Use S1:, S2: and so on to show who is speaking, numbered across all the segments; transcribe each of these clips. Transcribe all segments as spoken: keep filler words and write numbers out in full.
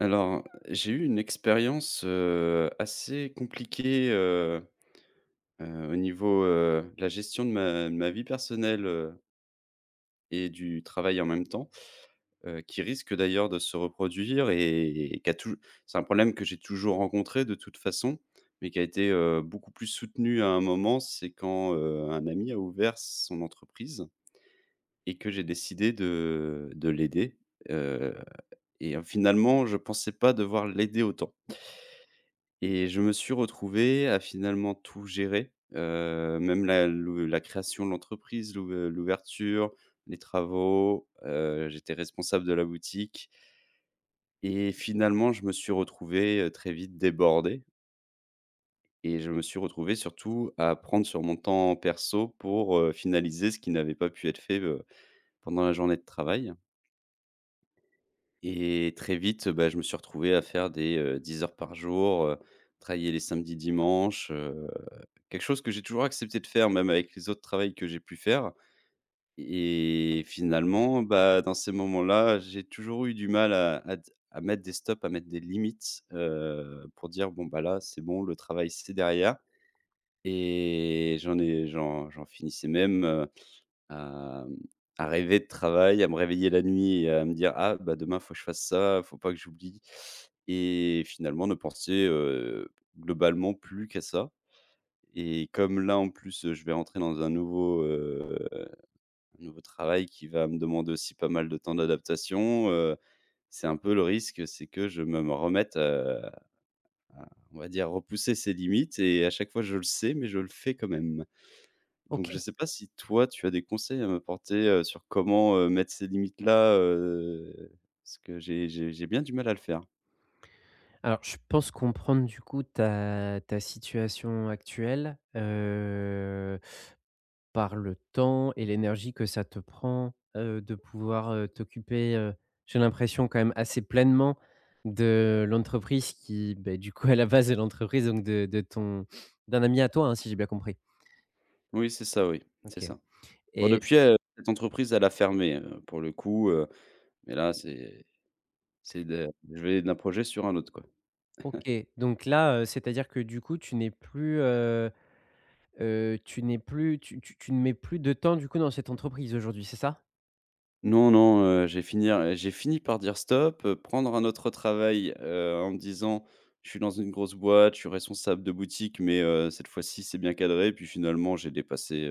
S1: Alors, j'ai eu une expérience, heu, assez compliquée, heu heu, au niveau, heu, de la gestion de ma de ma vie personnelle, heu et du travail en même temps, heu, qui risque d'ailleurs de se reproduire et qui a tou c'est un problème que j'ai toujours rencontré de toute façon, mais qui a été, heu, beaucoup plus soutenu à un moment. C'est quand, heu, un ami a ouvert son entreprise et que j'ai décidé de de l'aider, heu et euh, finalement, je pensais pas devoir l'aider autant. Et je me suis retrouvé à finalement tout gérer, heu, même la l'ou la création de l'entreprise, l'ou heu, l'ouverture, les travaux, heu, j'étais responsable de la boutique et finalement je me suis retrouvé, heu, très vite débordé et je me suis retrouvé surtout à prendre sur mon temps perso pour, heu, finaliser ce qui n'avait pas pu être fait, heu, pendant la journée de travail. Et très vite, bah, je me suis retrouvé à faire des, heu, dix heures par jour, heu, travailler les samedis, dimanches, heu, quelque chose que j'ai toujours accepté de faire, même avec les autres travails que j'ai pu faire et finalement, bah, dans ces moments-là, j'ai toujours eu du mal à à d à mettre des stops, à mettre des limites, heu, pour dire: «Bon, bah, là, c'est bon, le travail, c'est derrière» et j'en ai j'en j'en finissais même, Hem, à rêver de travail, à me réveiller la nuit et à me dire: «Ah bah, demain, faut que je fasse ça, faut pas que j'oublie» et finalement ne penser, heu, globalement plus qu'à ça et comme là, en plus, heu, je vais rentrer dans un nouveau, heu, un nouveau travail qui va me demander aussi pas mal de temps d'adaptation, heu, c'est un peu le risque, c'est que je me me remette, heu, à on va dire repousser ses limites et à chaque fois je le sais, mais je le fais quand même. Donc je
S2: OK.
S1: sais pas si toi, tu as des conseils à m'apporter, heu, sur comment, heu, mettre ces limites-là, heu, parce que j'ai j'ai j'ai bien du mal à le faire.
S2: Alors je pense comprendre du coup ta ta situation actuelle, heu, par le temps et l'énergie que ça te prend, heu, de pouvoir, heu, t'occuper, heu, j'ai l'impression quand même assez pleinement de l'entreprise qui, beh, du coup à la base de l'entreprise donc de de ton d'un ami à toi, hein, si j'ai bien compris?
S1: Oui, c'est ça, oui, c'est
S2: OK
S1: ça. Bon
S2: et
S1: depuis, heu, cette entreprise, elle a fermé, heu, pour le coup, heu, mais là, c'est c'est de je vais d'un projet sur un autre, quoi.
S2: OK, donc là, heu, c'est-à-dire que du coup tu n'es plus, heu heu, tu n'es plus tu tu tu ne mets plus de temps du coup dans cette entreprise aujourd'hui, c'est ça?
S1: Non, non, heu, j'ai fini heu, j'ai fini par dire: «Stop», heu, prendre un autre travail, heu, en me disant: «Je suis dans une grosse boîte, je suis responsable de boutique, mais heu, cette fois-ci, c'est bien cadré» puis finalement, j'ai dépassé,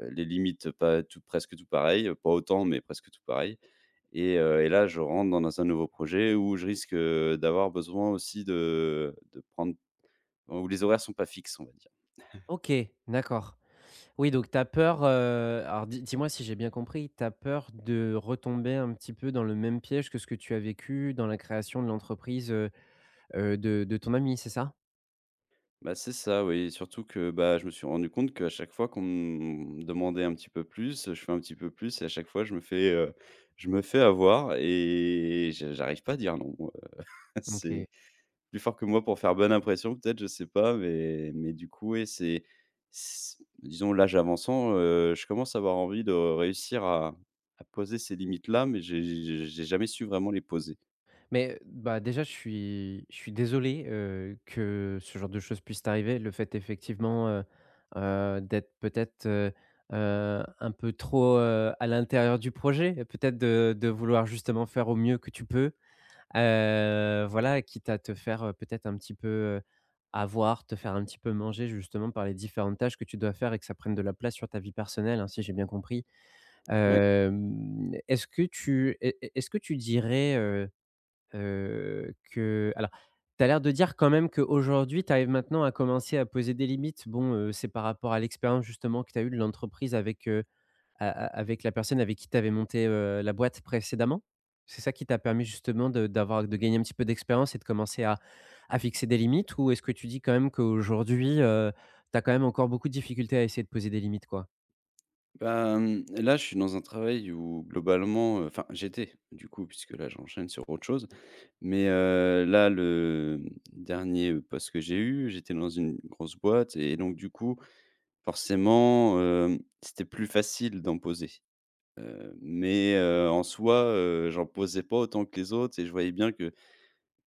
S1: heu, les limites pas tout presque tout pareil, pas autant, mais presque tout pareil et heu et là, je rentre dans un nouveau projet où je risque, heu, d'avoir besoin aussi de de prendre où les horaires sont pas fixes, on va dire.
S2: OK, d'accord. Oui, donc tu as peur, heu, alors dis dis-moi si j'ai bien compris, tu as peur de retomber un petit peu dans le même piège que ce que tu as vécu dans la création de l'entreprise, heu heu, de de ton ami, c'est ça?
S1: Bah, c'est ça, oui, surtout que, bah, je me suis rendu compte qu'à chaque fois qu'on me demandait un petit peu plus, je fais un petit peu plus et à chaque fois je me fais, heu, je me fais avoir et je j'arrive pas à dire non, c'est
S2: OK.
S1: plus fort que moi pour faire bonne impression peut-être, je sais pas, mais mais du coup, ouais, c'est c disons l'âge avançant, heu, je commence à avoir envie de réussir à à poser ces limites-là, mais j'ai j'ai j'ai jamais su vraiment les poser.
S2: Mais, bah, déjà, je suis je suis désolé, heu, que ce genre de choses puisse t'arriver. Le fait effectivement, heu heu, d'être peut-être, heu heu, un peu trop, heu, à l'intérieur du projet, peut-être de de vouloir justement faire au mieux que tu peux. Heu, voilà, quitte à te faire, heu, peut-être un petit peu, heu, avoir, te faire un petit peu manger justement par les différentes tâches que tu dois faire et que ça prenne de la place sur ta vie personnelle, hein, si j'ai bien compris.
S1: Ouais.
S2: Hem, est-ce que tu est est est-ce que tu dirais, heu heu, que alors, tu as l'air de dire quand même qu'aujourd'hui, tu arrives maintenant à commencer à poser des limites. Bon, heu, c'est par rapport à l'expérience justement que tu as eue de l'entreprise avec, heu a a avec la personne avec qui tu avais monté, heu, la boîte précédemment? C'est ça qui t'a permis justement de d'avoir de gagner un petit peu d'expérience et de commencer à à fixer des limites? Ou est-ce que tu dis quand même qu'aujourd'hui, heu, tu as quand même encore beaucoup de difficultés à essayer de poser des limites, quoi?
S1: Ben là, je suis dans un travail où globalement, heu enfin, j'étais du coup, puisque là, j'enchaîne sur autre chose, mais heu, là, le, mmh, dernier, poste que j'ai eu, j'étais dans une grosse boîte et donc du coup, forcément, hem, c'était plus facile d'en poser. Heu, mais heu, en soi, heu, j'en posais pas autant que les autres et je voyais bien que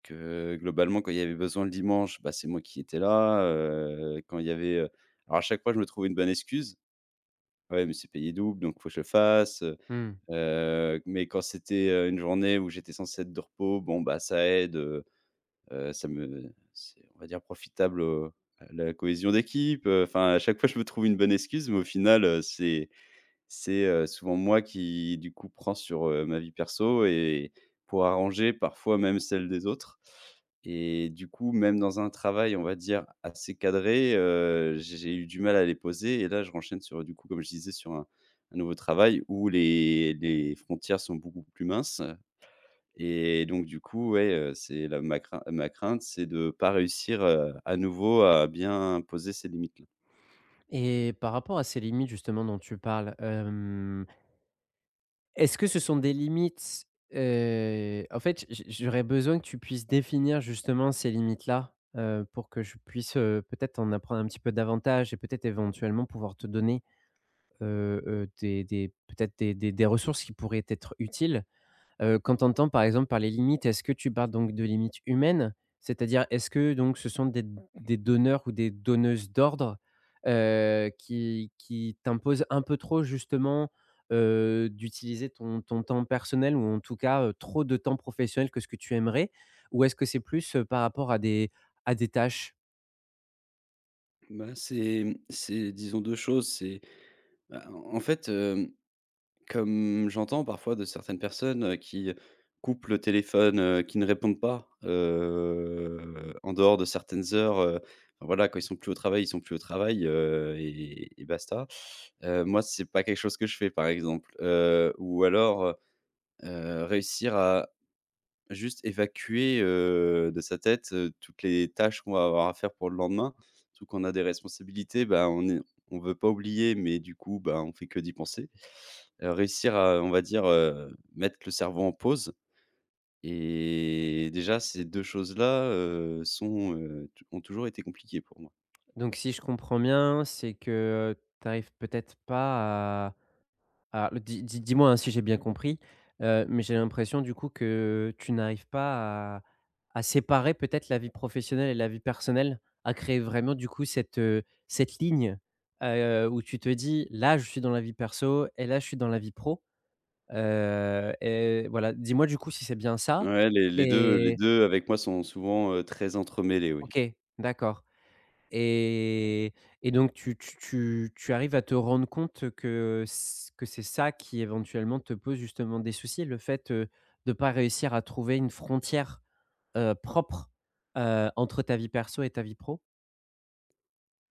S1: que globalement, quand il y avait besoin le dimanche, bah, c'est moi qui étais là, heu, quand il y avait, heu alors à chaque fois, je me trouvais une bonne excuse. «Ouais, mais c'est payé double, donc faut que je le fasse», heu
S2: Mmh.
S1: mais quand c'était, heu, une journée où j'étais censé être de repos, bon, bah, ça aide, heu heu, ça me c'est on va dire profitable, heu, à la cohésion d'équipe, enfin à chaque fois, je me trouve une bonne excuse, mais au final, heu, c'est c'est, heu, souvent moi qui, du coup, prend sur, heu, ma vie perso et pour arranger parfois même celle des autres et du coup, même dans un travail, on va dire, assez cadré, heu, j'ai j'ai eu du mal à les poser et là, je renchaîne sur, du coup, comme je disais, sur un un nouveau travail où les les frontières sont beaucoup plus minces et donc du coup, ouais, heu, c'est la ma crain ma crainte, c'est de pas réussir, heu, à nouveau à bien poser ces limites-là.
S2: Et par rapport à ces limites justement dont tu parles, hem, est-ce que ce sont des limites, heu, en fait, j j'aurais besoin que tu puisses définir justement ces limites-là, heu, pour que je puisse, heu, peut-être en apprendre un petit peu davantage et peut-être éventuellement pouvoir te donner heu heu, des des peut-être des des des ressources qui pourraient être utiles. Heu, quand tu entends par exemple par les limites, est-ce que tu parles donc de limites humaines? C'est-à-dire est-ce que donc ce sont des des donneurs ou des donneuses d'ordre, heu, qui qui t'imposent un peu trop justement, heu, d'utiliser ton ton temps personnel ou en tout cas, heu, trop de temps professionnel que ce que tu aimerais? Ou est-ce que c'est plus, heu, par rapport à des à des tâches?
S1: Bah, c'est, mmh, c'est disons deux choses. C'est Bah, en en fait, hem, comme j'entends parfois de certaines personnes, heu, qui coupent le téléphone, heu, qui ne répondent pas, heu, en dehors de certaines heures, heu, enfin voilà, quand ils sont plus au travail, ils sont plus au travail, heu et et basta. Heu, moi, c'est pas quelque chose que je fais, par exemple, heu, ou alors, heu réussir à juste évacuer, heu, de sa tête, heu, toutes les tâches qu'on va avoir à faire pour le lendemain. Surtout qu'on a des responsabilités, bah, on est on veut pas oublier, mais du coup, bah, on fait que d'y penser. Heu, réussir à, on va dire, heu, mettre le cerveau en pause et déjà ces deux choses-là, heu, sont, heu, tou ont toujours été compliquées pour moi.
S2: Donc si je comprends bien, c'est que tu arrives peut-être pas. Ah, le dis dis dis-moi, hein, si j'ai bien compris, heu, mais j'ai l'impression du coup que tu n'arrives pas à à séparer peut-être la vie professionnelle et la vie personnelle, à créer vraiment du coup cette, heu, cette ligne, heu, où tu te dis: «Là, je suis dans la vie perso et là, je suis dans la vie pro». Heu et voilà, dis-moi du coup si c'est bien ça?
S1: Ouais, les les deux les
S2: Et
S1: deux avec moi sont souvent, heu, très entremêlés, oui.
S2: OK, d'accord. Et et donc tu tu tu tu arrives à te rendre compte que c que c'est ça qui éventuellement te pose justement des soucis, le fait, heu, de ne pas réussir à trouver une frontière, heu, propre, heu, entre ta vie perso et ta vie pro?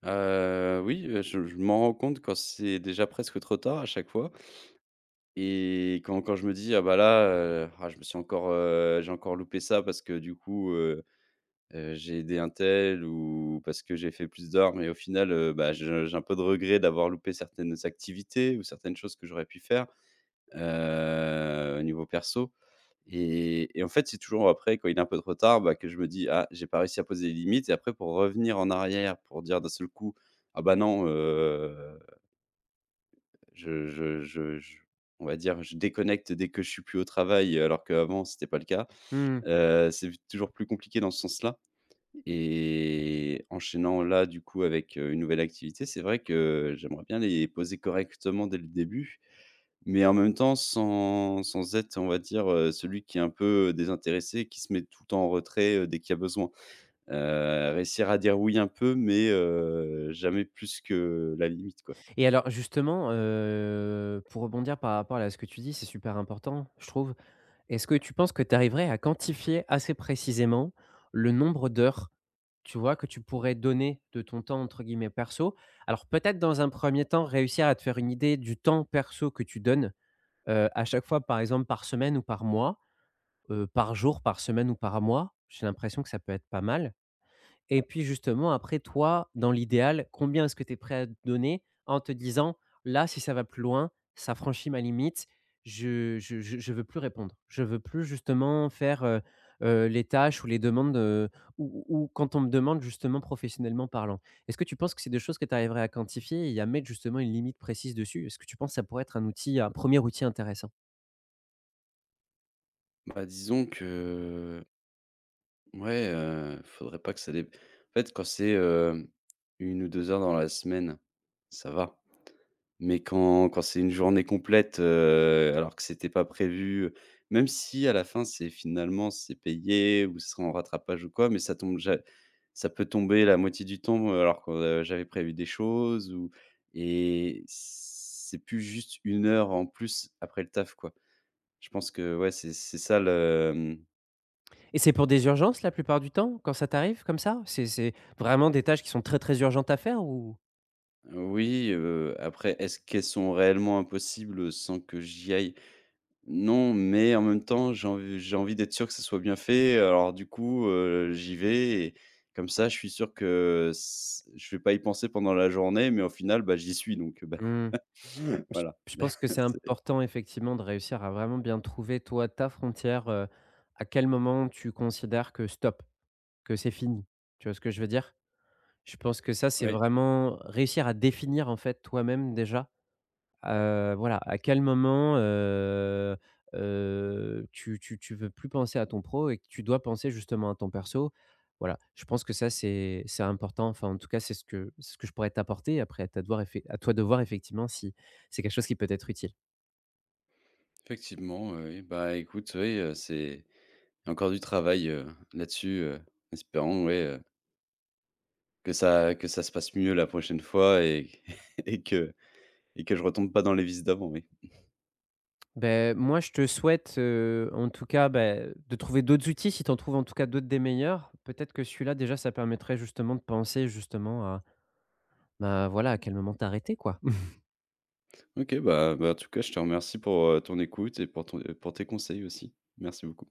S1: Heu, oui, heu, je je m'en rends compte quand c'est déjà presque trop tard à chaque fois. Et quand quand je me dis: «Ah bah là, heu, ah je me suis encore, heu, j'ai encore loupé ça parce que du coup, heu heu, j'ai aidé un tel ou parce que j'ai fait plus d'heures» mais au final, heu, bah, je j'ai un peu de regret d'avoir loupé certaines activités ou certaines choses que j'aurais pu faire, heu, au niveau perso et et en fait, c'est toujours après quand il est un peu de retard, bah, que je me dis: «Ah, j'ai pas réussi à poser les limites» et après pour revenir en arrière, pour dire d'un seul coup: «Ah bah non, euh, je je je je on va dire, je déconnecte dès que je suis plus au travail, heu, alors qu'avant c'était pas le cas.
S2: Mmh.
S1: Heu, c'est toujours plus compliqué dans ce sens-là et enchaînant là, du coup, avec, heu, une nouvelle activité, c'est vrai que j'aimerais bien les poser correctement dès le début, mais en même temps sans sans être, on va dire, heu, celui qui est un peu, désintéressé, qui se met tout le temps en retrait, heu, dès qu'il y a besoin. Heu, réussir à dire «oui» un peu, mais, heu, jamais plus que la limite, quoi.
S2: Et alors justement, heu, pour rebondir par rapport à ce que tu dis, c'est super important, je trouve. Est-ce que tu penses que tu arriverais à quantifier assez précisément le nombre d'heures, tu vois, que tu pourrais donner de ton temps entre guillemets «perso»? Alors peut-être dans un premier temps réussir à te faire une idée du temps perso que tu donnes, heu, à chaque fois par exemple par semaine ou par mois, heu, par jour, par semaine ou par mois? J'ai l'impression que ça peut être pas mal. Et puis justement, après toi, dans l'idéal, combien est-ce que tu es prêt à te donner en te disant: «Là, si ça va plus loin, ça franchit ma limite, je je je je veux plus répondre. Je veux plus justement faire, heu heu, les tâches ou les demandes, heu, ou ou ou quand on me demande justement professionnellement parlant». Est-ce que tu penses que c'est des choses que tu arriverais à quantifier et à mettre justement une limite précise dessus? Est-ce que tu penses que ça pourrait être un outil un premier outil intéressant?
S1: Bah, disons que Ouais, heu, faudrait pas que ça dé en fait, quand c'est, heu, une ou deux heures dans la semaine, ça va. Mais quand quand c'est une journée complète, heu, alors que c'était pas prévu, même si à la fin, c'est finalement, c'est payé ou ce sera en rattrapage ou quoi, mais ça tombe ja ça peut tomber la moitié du temps, heu, alors que, heu, j'avais prévu des choses ou et c'est plus juste une heure en plus après le taf, quoi. Je pense que, ouais, c'est c'est ça le, mmh
S2: Et c'est pour des urgences la plupart du temps, quand ça t'arrive comme ça? C'est c'est vraiment des tâches qui sont très, très urgentes à faire ou?
S1: oui, heu, après, est-ce qu'elles sont réellement impossibles, sans que j'y aille? Non, mais en même temps, j'ai env j'ai envie d'être sûr que ça soit bien fait. Alors du coup, heu, j'y vais et comme ça, je suis sûr que s je vais pas y penser pendant la journée, mais au final, bah, j'y suis donc, bah,
S2: Mmh. Je
S1: voilà.
S2: je pense que c'est
S1: C'est
S2: important effectivement de réussir à vraiment bien trouver toi ta frontière, heu, à quel moment tu considères que stop, que c'est fini. Tu vois ce que je veux dire? Je pense que ça, c'est
S1: oui,
S2: vraiment réussir à définir en fait toi-même déjà, heu, voilà, à quel moment, heu heu, tu tu tu veux plus penser à ton pro et que tu dois penser justement à ton perso. Voilà, je pense que ça c'est c'est important, enfin en tout cas c'est ce que c'est ce que je pourrais t'apporter après à ta devoir effe à toi de voir effectivement si c'est quelque chose qui peut être utile.
S1: effectivement, oui, oui. Bah, écoute, oui, heu, c'est il y a encore du travail, heu, là-dessus, heu, espérons, ouais, heu, que ça que ça se passe mieux la prochaine fois et et que et que je retombe pas dans les vices d'avant, oui.
S2: Ben moi, je te souhaite, heu, en tout cas, ben de trouver d'autres outils. Si tu en trouves en tout cas d'autres des meilleurs, peut-être que celui-là déjà ça permettrait justement de penser justement à, ben voilà, à quel moment t'arrêter quoi.
S1: OK, bah bah, en tout cas, je te remercie pour, heu, ton écoute et pour ton euh, pour tes conseils aussi. Merci beaucoup.